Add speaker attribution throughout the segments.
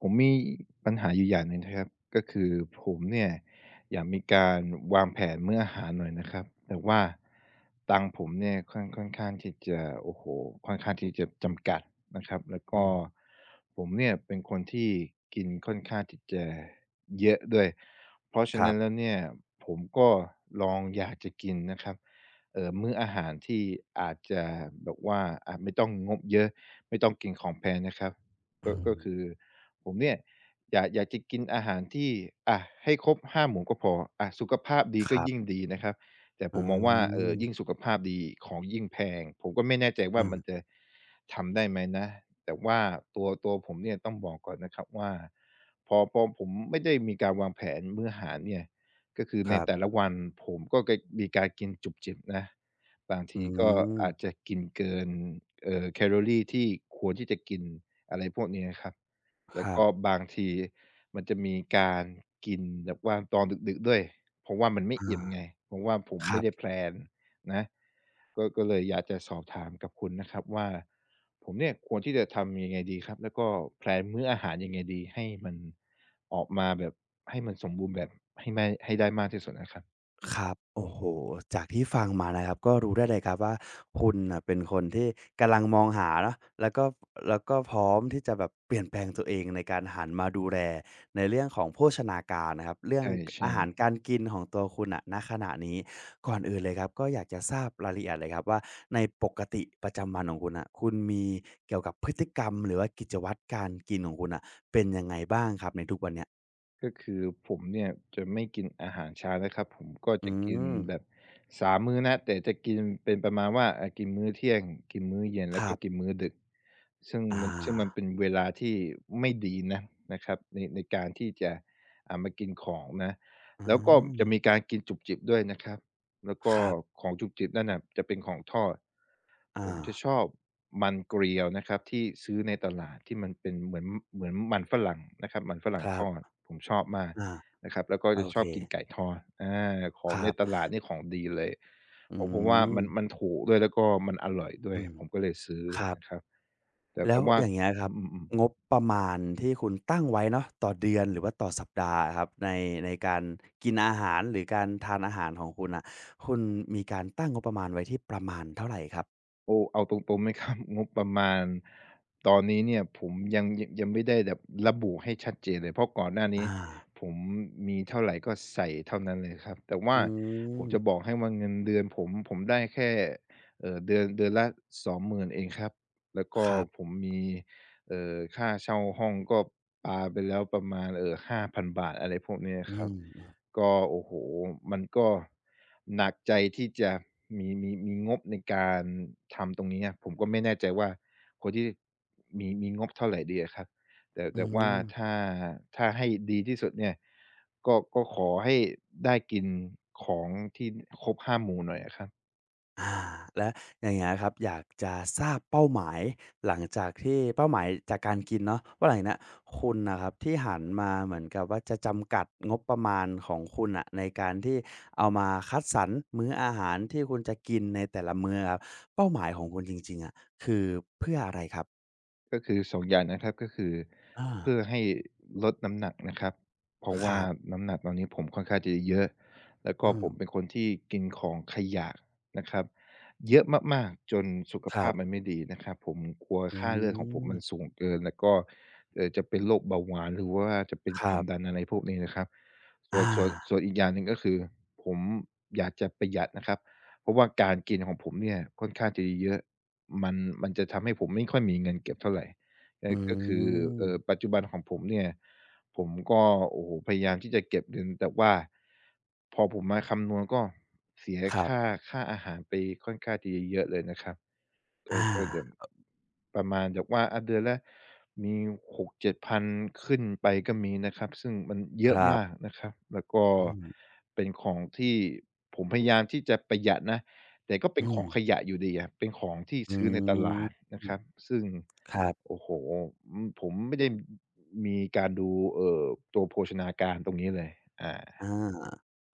Speaker 1: ผมมีปัญหาอยู่อย่างหนึ่งนะครับก็คือผมเนี่ยอยากมีการวางแผนมื้ออาหารหน่อยนะครับแต่ว่าตังค์ผมเนี่ยค่อนข้างที่จะโอ้โฮค่อนข้างที่จะจำกัดนะครับแล้ว
Speaker 2: อื
Speaker 1: ก็
Speaker 2: ม
Speaker 1: ผมเนี่ยเป็นคนที่กินค่อนข้างที่จะเยอะด้วยเพราะฉะ
Speaker 2: ครั
Speaker 1: นั้นแล้
Speaker 2: บ
Speaker 1: วเนี่ยผมก็ลองอยากจะกินนะครับมื้ออาหารที่อาจจะแบบว่าไม่ต้องงบเยอะไม่ต้องกินของแพงนะครับ
Speaker 2: อื
Speaker 1: ก็ก็
Speaker 2: ม
Speaker 1: คือ ผมเนี่ยอยากจะกินอาหารที่อะให้ครบ5หมู่ก็พออะสุขภาพดี
Speaker 2: ค
Speaker 1: ก็
Speaker 2: รั
Speaker 1: ยิ่ง
Speaker 2: บ
Speaker 1: ดีนะครับแต่
Speaker 2: อื
Speaker 1: ผมมองว่ายิ่ง
Speaker 2: ม
Speaker 1: สุขภาพดีของยิ่งแพงผมก็ไม่แน่ใจ
Speaker 2: อื
Speaker 1: ว่า
Speaker 2: ม
Speaker 1: มันจะทำได้ไหมนะแต่ว่าตัวผมเนี่ยต้องบอกก่อนนะครับว่าพอผมไม่ได้มีการวางแผนมื้ออาหารเนี่ยก็คือ
Speaker 2: ค
Speaker 1: ใน
Speaker 2: รั
Speaker 1: แต่ละ
Speaker 2: บ
Speaker 1: วันผมก็จะมีการกินจุบจิบนะบาง
Speaker 2: อื
Speaker 1: ทีก็
Speaker 2: ม
Speaker 1: อาจจะกินเกินแคลอรีที่ควรที่จะกินอะไรพวกนี้นะครับ
Speaker 2: ค
Speaker 1: แล้ว
Speaker 2: รับ
Speaker 1: ก็บางทีมันจะมีการกินแบบว่าตอนดึกๆด้วยเพราะว่ามันไม่
Speaker 2: อา
Speaker 1: อิ่มไงเพราะว่าผม
Speaker 2: ครั
Speaker 1: ไม่
Speaker 2: บ
Speaker 1: ได้แพลนนะก็เลยอยากจะสอบถามกับคุณนะครับว่าผมเนี่ยควรที่จะทำยังไงดีครับแล้วก็แพลนมื้ออาหารยังไงดีให้มันออกมาแบบให้มันสมบูรณ์แบบให้ไม่ให้ได้มากที่สุดอะครับ
Speaker 2: ครับโอ้โฮจากที่ฟังมานะครับ ก็รู้ได้เลยครับว่าคุณน่ะเป็นคนที่กำลังมองหาเนาะแล้วก็แล้วก็พร้อมที่จะแบบเปลี่ยนแปลงตัวเองในการหันมาดูแลในเรื่องของโภชนาการนะครับเรื่
Speaker 1: ใ
Speaker 2: องกอา
Speaker 1: ช่
Speaker 2: หารกา
Speaker 1: ๆ
Speaker 2: รกินของตัวคุณน่ะณขณะนี้ก่อนอื่นเลยครับก็อยากจะทราบรายละเอียดเลยครับว่าในปกติประจำวันของคุณน่ะคุณมีเกี่ยวกับพฤติกรรมหรือว่ากิจวัตรการกินของคุณน่ะเป็น
Speaker 1: ก็คือผมเนี่ยจะไม่กินอาหารเช้านะครับผมก็
Speaker 2: อื
Speaker 1: จะกิน
Speaker 2: ม
Speaker 1: แบบสามมื้อนะแต่จะกินเป็นประมาณว่ากินมื้อเที่ยงกินมื้อเย็น
Speaker 2: ค
Speaker 1: แล้ว
Speaker 2: รั
Speaker 1: ก็กิ
Speaker 2: บ
Speaker 1: นมื้อดึกซึ่ง
Speaker 2: อา
Speaker 1: มันซึ่งมันเป็นเวลาที่ไม่ดีนะนะครับในการที่จะมากินของนะ
Speaker 2: อื
Speaker 1: แล้วก็
Speaker 2: ม
Speaker 1: จะมีการกินจุบจิบด้วยนะครับแล้วก็
Speaker 2: ครับ
Speaker 1: ของจุบจิบนั่นน่ะจะเป็นของทอด
Speaker 2: อา
Speaker 1: ผมจะชอบมันเกรียวนะครับที่ซื้อในตลาดที่มันเป็นเหมือนเหมือนมันฝรั่งนะครับมันฝ
Speaker 2: ค
Speaker 1: รั่งท
Speaker 2: รั
Speaker 1: อด
Speaker 2: บ
Speaker 1: ผมชอบมาก
Speaker 2: อา
Speaker 1: นะครับแล้วก็
Speaker 2: โอ
Speaker 1: จะช
Speaker 2: เค
Speaker 1: อบกินไก่ทอดอาขอ
Speaker 2: ค
Speaker 1: งใน
Speaker 2: รั
Speaker 1: ต
Speaker 2: บ
Speaker 1: ลาดนี่ของดีเลย
Speaker 2: อื
Speaker 1: เพราะว่า
Speaker 2: ม
Speaker 1: มันถูกด้วยแล้วก็มันอร่อยด้วย
Speaker 2: อืม
Speaker 1: ผมก็เลยซื้อ
Speaker 2: ครับ
Speaker 1: นะครับแต่
Speaker 2: แล้
Speaker 1: แต่
Speaker 2: ว
Speaker 1: ว่า
Speaker 2: อย่างเงี้ยค
Speaker 1: อ
Speaker 2: รับ
Speaker 1: ืม
Speaker 2: ง
Speaker 1: ๆ
Speaker 2: บประมาณที่คุณตั้งไว้เนาะต่อเดือนหรือว่าต่อสัปดาห์อะครับในในการกินอาหารหรือการทานอาหารของคุณน่ะคุณมีการตั้งงบประมาณไว้ที่ประมาณเท่าไรครับ
Speaker 1: โอ้เอาตรงๆไหมครับ งบประมาณตอนนี้เนี่ยผมยังไม่ได้แบบระบุให้ชัดเจนเลยเพราะก่อนหน้า
Speaker 2: อา
Speaker 1: นี้ผมมีเท่าไรก็ใส่เท่านั้นเลยครับแต่ว่า
Speaker 2: อื
Speaker 1: ผ
Speaker 2: ม
Speaker 1: มจะบอกให้ว่าเงินเดือนผมได้แค่เดือนเดือนละ20,000เองครับแล้วก็
Speaker 2: ครั
Speaker 1: ผ
Speaker 2: บ
Speaker 1: มมีค่าเช่าห้องก็ปาไปแล้วประมาณ5,000บาทอะไรพวกเนี้ย
Speaker 2: อื
Speaker 1: ครับ
Speaker 2: ม
Speaker 1: ก็โอ้โหมันก็หนักใจที่จะมีงบในการทำตรงนี้อะผมก็ไม่แน่ใจว่าคนที่มีงบเท่าไหร่ดีอะครับแต่
Speaker 2: อื
Speaker 1: แต่ว่า
Speaker 2: ม
Speaker 1: ถ้าถ้าให้ดีที่สุดเนี่ยก็ขอให้ได้กินของที่ครบหาหมู่หน่อยอะครับ
Speaker 2: อาแล้วอย่างเงี้ยครับอยากจะทราบเป้าหมายหลังจากที่เป้าหมายจากการกินเนาะว่าหลังเนี้ยคุณน่ะครับที่หันมาเหมือนกับว่าจะจำกัดงบประมาณของคุณน่ะในการที่เอามาคัดสรรมื้ออาหารที่คุณจะกินในแต่ละมื้ออะครับเป้าหมายของคุณจริงๆอะคือเพื่ออะไรครับ
Speaker 1: ก็คือ2องอย่างนะครับก็คือ
Speaker 2: อา
Speaker 1: เพื่อให้ลดน้ำหนักนะครับเพราะ
Speaker 2: ค
Speaker 1: ว่า
Speaker 2: รับ
Speaker 1: น้ำหนักตอนนี้ผมค่อนข้างจะเยอะแล้วก็
Speaker 2: อืม
Speaker 1: ผมเป็นคนที่กินของขยะนะครับเยอะมากๆจนสุข
Speaker 2: ครั
Speaker 1: ภาพมัน
Speaker 2: บ
Speaker 1: ไม่ดีนะครับผมกลัว
Speaker 2: อื
Speaker 1: ค่าเลือดของผม
Speaker 2: ม
Speaker 1: มันสูงเกินแล้วก็จะเป็นโรคเบาหวานหรือว่าจะเป็น
Speaker 2: ค
Speaker 1: ค
Speaker 2: รั
Speaker 1: วาม
Speaker 2: บ
Speaker 1: ดันอะไรพวกนี้นะครับส่วน
Speaker 2: อา
Speaker 1: ส่วนส่วนอีกอย่างหนึ่งก็คือผมอยากจะประหยัดนะครับเพราะว่าการกินของผมเนี่ยค่อนข้างจะเยอะ มันมันจะทำให้ผมไม่ค่อยมีเงินเก็บเท่าไรเออ
Speaker 2: อื
Speaker 1: ก็คือ
Speaker 2: ม
Speaker 1: ปัจจุบันของผมเนี่ยผมก็โอ้โฮพยายามที่จะเก็บเงินแต่ว่าพอผมมาคำนวณก็เสีย
Speaker 2: ครั
Speaker 1: ค่า
Speaker 2: บ
Speaker 1: อาหารไปค่อนข้างที่จะเยอะเลยนะครับ ก็
Speaker 2: อา
Speaker 1: ก็จะประมาณแบบว่าอาเดือนละมี6เจ็ดพันขึ้นไปก็มีนะครับซึ่งมันเย
Speaker 2: ค
Speaker 1: อะ
Speaker 2: รั
Speaker 1: มาก
Speaker 2: บ
Speaker 1: นะครับแล้วก็
Speaker 2: อืม
Speaker 1: เป็นของที่ผมพยายามที่จะประหยัดนะแต่ก็เป็น
Speaker 2: อื
Speaker 1: ข
Speaker 2: ม
Speaker 1: องขยะอยู่ดีอะเป็นของที่
Speaker 2: อื
Speaker 1: ซื้อในตลาด
Speaker 2: ม
Speaker 1: นะครับซึ่ง
Speaker 2: ครับ
Speaker 1: โอ้โฮอืมผมไม่ได้มีการดูเอ่อตัวโภชนาการตรงนี้เลยอา
Speaker 2: อา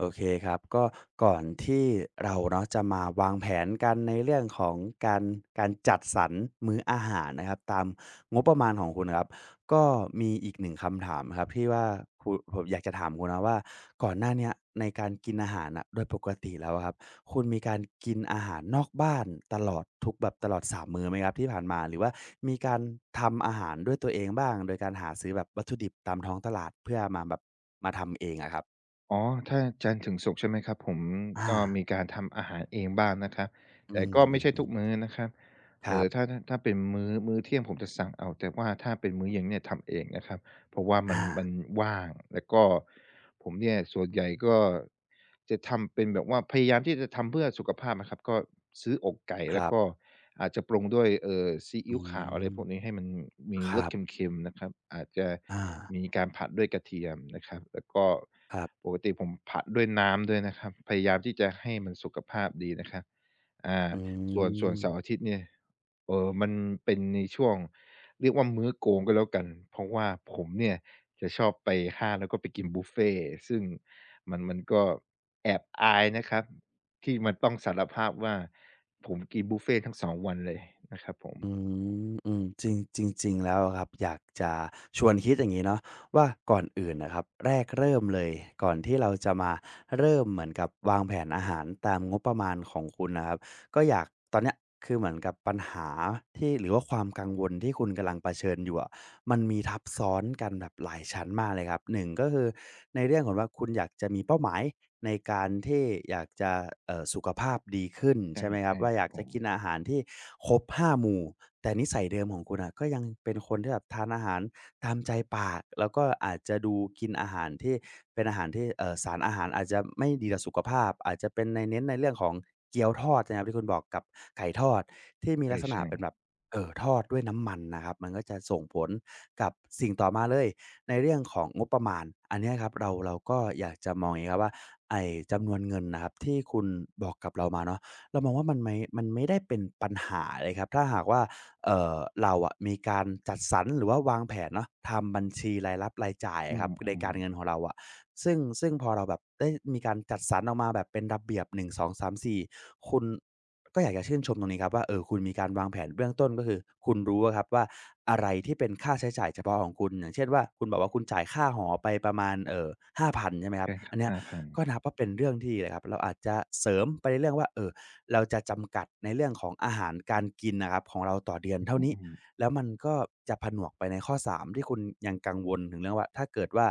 Speaker 2: โอเคครับก็ก่อนที่เราเนาะจะมาวางแผนกันในเรื่องของการการจัดสรรมื้ออาหารนะครับตามงบประมาณของคุณครับก็มีอีกหนึ่งคำถามครับที่ว่าคุณผมอยากจะถามคุณนะว่าก่อนหน้าเนี้ยในการกินอาหารน่ะโดยปกติแล้วอะครับคุณมีการกินอาหารนอกบ้านตลอดทุกแบบตลอดสามมื้อไหมครับที่ผ่านมาหรือว่ามีการทำอาหารด้วยตัวเองบ้างโดยการหาซื้อแบบวัตถุดิบตามท้องตลาดเพื่อมาแบบมาทำเองอะครับ
Speaker 1: อ๋อถ้าจันทร์ถึงศุกร์ใช่ไหมครับผม
Speaker 2: อา
Speaker 1: ก็มีการทำอาหารเองบ้างนะครับ
Speaker 2: อื
Speaker 1: แต่
Speaker 2: ม
Speaker 1: ก็
Speaker 2: อ
Speaker 1: ไม่ใช่
Speaker 2: ื
Speaker 1: ทุ
Speaker 2: ม
Speaker 1: กมื้
Speaker 2: ๆ
Speaker 1: อนะครับ
Speaker 2: ค
Speaker 1: เอ่
Speaker 2: รับ
Speaker 1: อถ้าเป็นมื้อเที่ยงผมจะสั่งเอาแต่ว่าถ้าเป็นมื้อเย็นเนี่ยทำเองนะครับ เพราะว่ามัน
Speaker 2: อา
Speaker 1: มันว่างแล้วก็ผมเนี่ยส่วนใหญ่ก็จะทำเป็นแบบว่าพยายามที่จะทำเพื่อสุขภาพนะครับก็ซื้ออกไก่
Speaker 2: ค
Speaker 1: แล้ว
Speaker 2: รับ
Speaker 1: ก็อาจจะปรุงด้วยซี
Speaker 2: อื
Speaker 1: อิ๊วขาวอะไร
Speaker 2: ม
Speaker 1: พวกนี้ให้มันมี
Speaker 2: ค
Speaker 1: ร
Speaker 2: รั
Speaker 1: ส
Speaker 2: บ
Speaker 1: เค็มๆนะครับอาจจะ
Speaker 2: อา
Speaker 1: มีการผัดด้วยกระเทียมนะครับแล้วก็
Speaker 2: ครั
Speaker 1: ป
Speaker 2: บ
Speaker 1: กติผมผัดด้วยน้ำด้วยนะครับพยายามที่จะให้มันสุขภาพดีนะครับอ่า
Speaker 2: อื
Speaker 1: ส่วนเสาร์อา
Speaker 2: ม
Speaker 1: ทิตย์เนี่ย เออมันเป็นในช่วงเรียกว่ามื้อโกงก็แล้วกัน เพราะว่าผมเนี่ยจะชอบไปห้างแล้วก็ไปกินบุฟเฟต์ซึ่งมันก็แอบอายนะครับที่มันต้องสารภาพว่าผมกินบุฟเฟต์ทั้งสองวันเลยนะครับผม
Speaker 2: อืมอืมจริงจริงๆแล้วอะครับอยากจะชวนคิดอย่างงี้เนาะว่าก่อนอื่นน่ะครับแรกเริ่มเลยก่อนที่เราจะมาเริ่มเหมือนกับวางแผนอาหารตามงบประมาณของคุณน่ะครับ ก็อยากตอนเนี้ยคือเหมือนกับปัญหาที่หรือว่าความกังวลที่คุณกำลังเผชิญอยู่อะมันมีทับซ้อนกันแบบหลายชั้นมากเลยครับหนึ่งก็คือในเรื่องของว่าคุณอยากจะมีเป้าหมายในการที่อยากจะสุขภาพดีขึ้น
Speaker 1: ใช่
Speaker 2: ใช่ไหมครับ
Speaker 1: ใช่
Speaker 2: ว่า
Speaker 1: ค
Speaker 2: อ
Speaker 1: รับ
Speaker 2: ยาก
Speaker 1: ผ
Speaker 2: จะ
Speaker 1: ม
Speaker 2: กินอาหารที่ครบ5หมู่แต่นิสัยเดิมของคุณน่ะก็ยังเป็นคนที่แบบทานอาหาร ตามใจปากแล้วก็อาจจะดูกินอาหารที่เป็นอาหารที่สารอาหารอาจจะไม่ดีต่อสุขภาพอาจจะเป็นในเน้นในเรื่องของเกี๊ยวทอดนะครับที่คุณบอกกับไก่ทอดที่มีลักษณะ
Speaker 1: ใช่
Speaker 2: เป็นแบบ
Speaker 1: ๆ
Speaker 2: ทอดด้วยน้ำมันนะครับมันก็จะส่งผลกับสิ่งต่อมาเลยในเรื่องของงบประมาณอันเนี้ยครับเราก็อยากจะมองอย่างงี้ครับว่าไอ้จำนวนเงินนะครับที่คุณบอกกับเรามาเนาะเรามองว่ามันไม่ได้เป็นปัญหาเลยครับถ้าหากว่า เอ่อเราอะมีการจัดสรรหรือว่าวางแผนเนาะทำบัญชีรายรับรายจ่าย
Speaker 1: อื
Speaker 2: อะครับในการเงิน
Speaker 1: ม
Speaker 2: ของเราอะซึ่งพอเราแบบได้มีการจัดสรรออกมาแบบเป็นระเบียบหนึ่งสองสามสี่คุณก็อยากจะชื่นชมตรงนี้ครับว่าเออคุณมีการวางแผนเบื้องต้นก็คือคุณรู้อะครับว่าอะไรที่เป็นค่าใช้จ่ายเฉพาะของคุณอย่างเช่นว่าคุณบอกว่าคุณจ่ายค่าหอไปประมาณห้าพันใช่ไหมค
Speaker 1: ๆ
Speaker 2: รับ
Speaker 1: ใช่ครั
Speaker 2: อั
Speaker 1: บ
Speaker 2: นเนี้ย
Speaker 1: 5,000
Speaker 2: ก็นับว่าเป็นเรื่องที่ดีเลยครับเราอาจจะเสริมไปในเรื่องว่าเอ่อ เราจะจำกัดในเรื่องของอาหารการกินนะครับของเราต่อเดือนเท่านี้
Speaker 1: อืม
Speaker 2: แล้วมันก็จะผนวกไปในข้อ3ที่คุณยังกังวลถึงเรื่องว่าถ้าเกิดว่า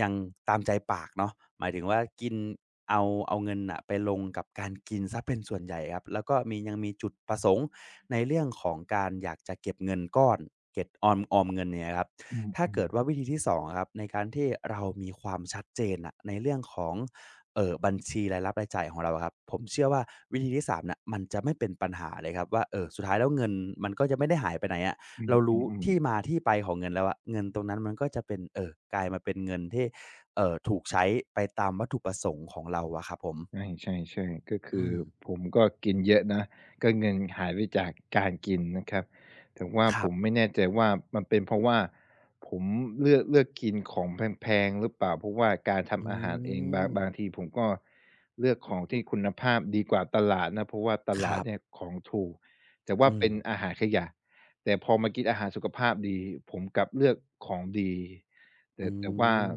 Speaker 2: ยังตามใจปากเนาะหมายถึงว่ากินเอาเอาเงินน่ะไปลงกับการกินเสียเป็นส่วนใหญ่ครับแล้วก็มียังมีจุดประสงค์ในเรื่องของการอยากจะเก็บเงินก้อนเก็บออมเงินเนี่ยครับ
Speaker 1: ๆอื
Speaker 2: ถ้า
Speaker 1: ม
Speaker 2: เกิดว่าวิธีที่2องอะครับในการที่เรามีความชัดเจนน่ะในเรื่องของ บัญชีรายรับรายจ่ายของเราอะครับผมเชื่อว่าวิธีที่สามน่ะมันจะไม่เป็นปัญหาเลยครับว่าสุดท้ายแล้วเงินมันก็จะไม่ได้หายไปไหนอะ
Speaker 1: ๆอื
Speaker 2: เรารู้
Speaker 1: ม
Speaker 2: ที่
Speaker 1: ๆๆ
Speaker 2: มาที่ไปของเงินแล้วอะเงินตรงนั้นมันก็จะเป็นกลายมาเป็นเงินที่ถูกใช้ไปตามวัตถุประสงค์ของเราอะครับผม
Speaker 1: ใช่ใช่ใช่ก็คื
Speaker 2: อื
Speaker 1: อ
Speaker 2: ม
Speaker 1: ผมก็กินเยอะนะก็เงินหายไปจากการกินนะครับแต่ว่า
Speaker 2: ค
Speaker 1: ผ
Speaker 2: รั
Speaker 1: มไม่
Speaker 2: บ
Speaker 1: แน่ใจว่ามันเป็นเพราะว่าผมเลือกกินของแพงๆหรือเปล่าเพราะว่าการ
Speaker 2: อื
Speaker 1: ทำอาหารเองบาง
Speaker 2: ม
Speaker 1: บางทีผมก็เลือกของที่คุณภาพดีกว่าตลาดนะเพราะว่าต
Speaker 2: ค
Speaker 1: ลาด
Speaker 2: รั
Speaker 1: เนี่ย
Speaker 2: บ
Speaker 1: ของถูกแต่ว่า
Speaker 2: อืม
Speaker 1: เป็นอาหารขยะแต่พอมากินอาหารสุขภาพดีผมกลับเลือกของดี
Speaker 2: อื
Speaker 1: แต่ว่า
Speaker 2: ม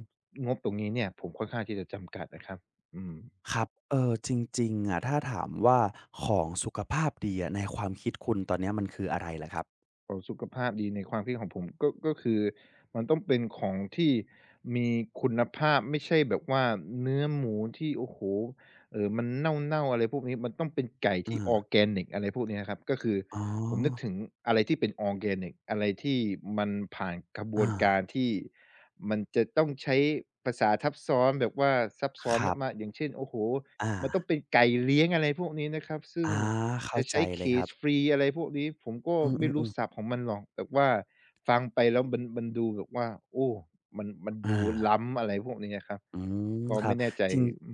Speaker 1: งบตรงนี้เนี่ยผมค่อนข้างที่จะจำกัดนะครับอืม
Speaker 2: ครับจริงๆอะถ้าถามว่าของสุขภาพดีอะในความคิดคุณตอนเนี้ยมันคืออะไรเหรอครับ
Speaker 1: เอาสุขภาพดีในความคิดของผมก็ก็คือมันต้องเป็นของที่มีคุณภาพไม่ใช่แบบว่าเนื้อหมูที่โอ้โฮมันเน่าๆอะไรพวกนี้มันต้องเป็นไก่
Speaker 2: เอ
Speaker 1: ที่อ
Speaker 2: อ
Speaker 1: อร์แกนิกอะไรพวกนี้นะครับก็คือ
Speaker 2: อ๋อ
Speaker 1: ผมนึกถึงอะไรที่เป็นออร์แกนิกอะไรที่มันผ่านกระบวน
Speaker 2: อา
Speaker 1: การที่มันจะต้องใช้ภาษาทับซ้อนแบบว่าซับซ้อ
Speaker 2: ค
Speaker 1: น
Speaker 2: รั
Speaker 1: มาก
Speaker 2: บ
Speaker 1: ๆอย่างเช่นโอ้โฮ
Speaker 2: อ่า
Speaker 1: มันต้องเป็นไก่เลี้ยงอะไรพวกนี้นะครับซึ่ง
Speaker 2: อาเข้า
Speaker 1: จะ
Speaker 2: ใจ
Speaker 1: ใช้
Speaker 2: เลยครับ
Speaker 1: cage free อะไรพวกนี้ผมก็
Speaker 2: อื
Speaker 1: ไม่รู้
Speaker 2: อๆ
Speaker 1: ศั
Speaker 2: ๆ
Speaker 1: พท์ของมันหรอกแต่ว่าฟังไปแล้วมันดูแบบว่าโอ้มัน
Speaker 2: อา
Speaker 1: ดูล้ำอะไรพวกนี้อะครับ
Speaker 2: อืม
Speaker 1: ก็
Speaker 2: ครั
Speaker 1: ไม่
Speaker 2: บ
Speaker 1: แน่ใจ
Speaker 2: จริง
Speaker 1: อื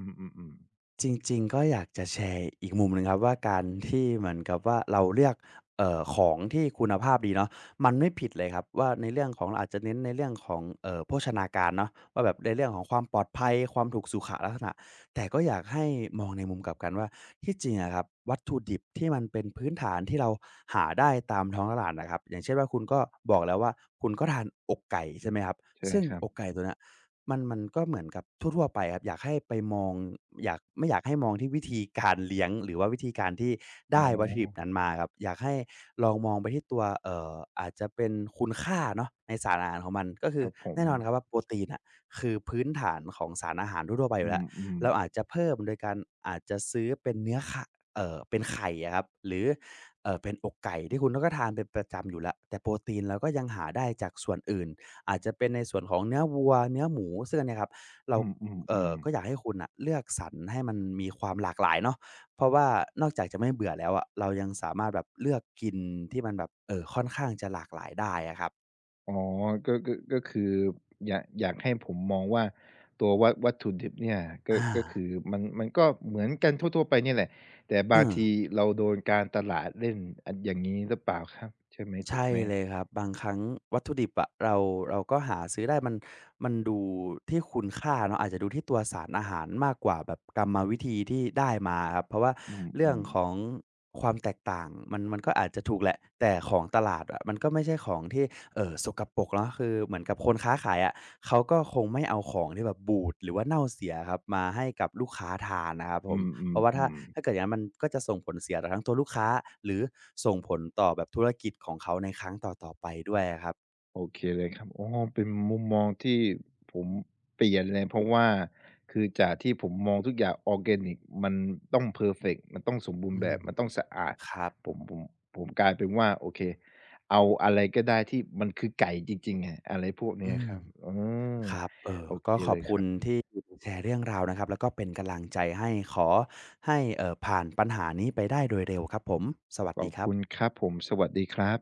Speaker 1: ม
Speaker 2: จริงๆก็อยากจะแชร์อีกมุมหนึ่งครับว่าการที่เหมือนกับว่าเราเลือกของที่คุณภาพดีเนาะมันไม่ผิดเลยครับว่าในเรื่องของเราอาจจะเน้นในเรื่องของโภชนาการเนาะว่าแบบในเรื่องของความปลอดภัยความถูกสุขลักษณะแต่ก็อยากให้มองในมุมกลับกันว่าที่จริงอะครับวัตถุดิบที่มันเป็นพื้นฐานที่เราหาได้ตามท้องตลาดน่ะครับอย่างเช่นว่าคุณก็บอกแล้วว่าคุณก็ทานอกไก่ใช่ไหมครับ
Speaker 1: ๆๆใช่
Speaker 2: ซึ่ง
Speaker 1: ครั
Speaker 2: อ
Speaker 1: บ
Speaker 2: กไก่ตัวเนี้ย มันก็เหมือนกับทั่วๆไปครับอยากให้ไปมองอยากไม่อยากให้มองที่วิธีการเลี้ยงหรือว่าวิธีการที่
Speaker 1: อ๋
Speaker 2: ได้วัตถุดิบ
Speaker 1: อ
Speaker 2: นั้นมาครับอยากให้ลองมองไปที่ตัวอาจจะเป็นคุณค่าเนาะในสารอาหารของมันก็คื
Speaker 1: ค
Speaker 2: อ
Speaker 1: รับผม
Speaker 2: แน่นอนครับว่าโปรตีนน่ะคือพื้นฐานของสารอาหารทั่วๆไปอ
Speaker 1: อื
Speaker 2: ยู่แล้ว
Speaker 1: ม
Speaker 2: เราอาจ
Speaker 1: ๆ
Speaker 2: จะเพิ่มโดยการอาจจะซื้อเป็นเนื้อขะเป็นไข่อะครับหรือเป็นอกไก่ที่คุณก็ทานเป็นประจำอยู่แล้วแต่โปรตีนเราก็ยังหาได้จากส่วนอื่น อาจจะเป็นในส่วนของเนื้อวัวเนื้อหมูซึ่งอันเนี้ยครับ เรา
Speaker 1: อืม
Speaker 2: ก็
Speaker 1: ๆ
Speaker 2: อยา
Speaker 1: ๆ
Speaker 2: กให้คุณน่ะเลือกสรรให้มันมีความหลากหลายเนาะเพราะว่านอกจากจะไม่เบื่อแล้วอะเรายังสามารถแบบเลือกกินที่มันแบบ ค่อนข้างจะหลากหลายได้อะครับ
Speaker 1: อ๋อก็ก็คืออยากให้ผมมองว่าตัววัตถุดิบเนี่ยก็
Speaker 2: อา
Speaker 1: ก็คือมันก็เหมือนกันทั่วๆไปเนี่ยแหละแต่
Speaker 2: เอ
Speaker 1: บาง
Speaker 2: อ
Speaker 1: ทีเราโดนการตลาดเล่นออย่างงี้หรือเปล่าครับใช่ไหมถูก
Speaker 2: ใช่
Speaker 1: ไหม
Speaker 2: เลยครับบางครั้งวัตถุดิบอะเราก็หาซื้อได้มันดูที่คุณค่าเนาะอาจจะดูที่ตัวสารอาหารมากกว่าแบบกรรมวิธีที่ได้มาอะครับเพราะว่า
Speaker 1: อืม
Speaker 2: เรื่
Speaker 1: อื
Speaker 2: อง
Speaker 1: ม
Speaker 2: ของความแตกต่างมันก็อาจจะถูกแหละแต่ของตลาดอะมันก็ไม่ใช่ของที่สกปรกเนาะคือเหมือนกับคนค้าขายอะเขาก็คงไม่เอาของที่แบบบูดหรือว่าเน่าเสียอะครับมาให้กับลูกค้าทานนะครับผ
Speaker 1: อื
Speaker 2: ม
Speaker 1: มอื
Speaker 2: เพ
Speaker 1: ม
Speaker 2: ราะว่า
Speaker 1: อื
Speaker 2: ถ้า
Speaker 1: ม
Speaker 2: ถ้าเกิดอย่างนั้นมันก็จะส่งผลเสียต่อทั้งตัวลูกค้าหรือส่งผลต่อแบบธุรกิจของเขาในครั้งต่อๆไปด้วยอะครับ
Speaker 1: โอเคเลยครับโอ้เป็นมุมมองที่ผมเปลี่ยนเลยเพราะว่าคือจากที่ผมมองทุกอย่างออร์แกนิกมันต้องเพอร์เฟกต์มันต้องสมบูรณ์
Speaker 2: อื
Speaker 1: แบ
Speaker 2: ม
Speaker 1: บมันต้องสะอาด
Speaker 2: ครับ
Speaker 1: ผมผมผมกลายเป็นว่าโอเคเอาอะไรก็ได้ที่มันคือไก่จริงๆอะอะไรพวกเนี้
Speaker 2: อื
Speaker 1: ย
Speaker 2: ม
Speaker 1: ครับเออ
Speaker 2: ครับ
Speaker 1: โอเค
Speaker 2: ก็ขอ
Speaker 1: เล
Speaker 2: บ
Speaker 1: ยค
Speaker 2: คุณ
Speaker 1: รับ
Speaker 2: ที่แชร์เรื่องราวนะครับแล้วก็เป็นกำลังใจให้ขอให้ผ่านปัญหานี้ไปได้โดยเร็วครับผมสวัส
Speaker 1: ขอ
Speaker 2: ดี
Speaker 1: บ
Speaker 2: ครับ
Speaker 1: คุณครับผมสวัสดีครับ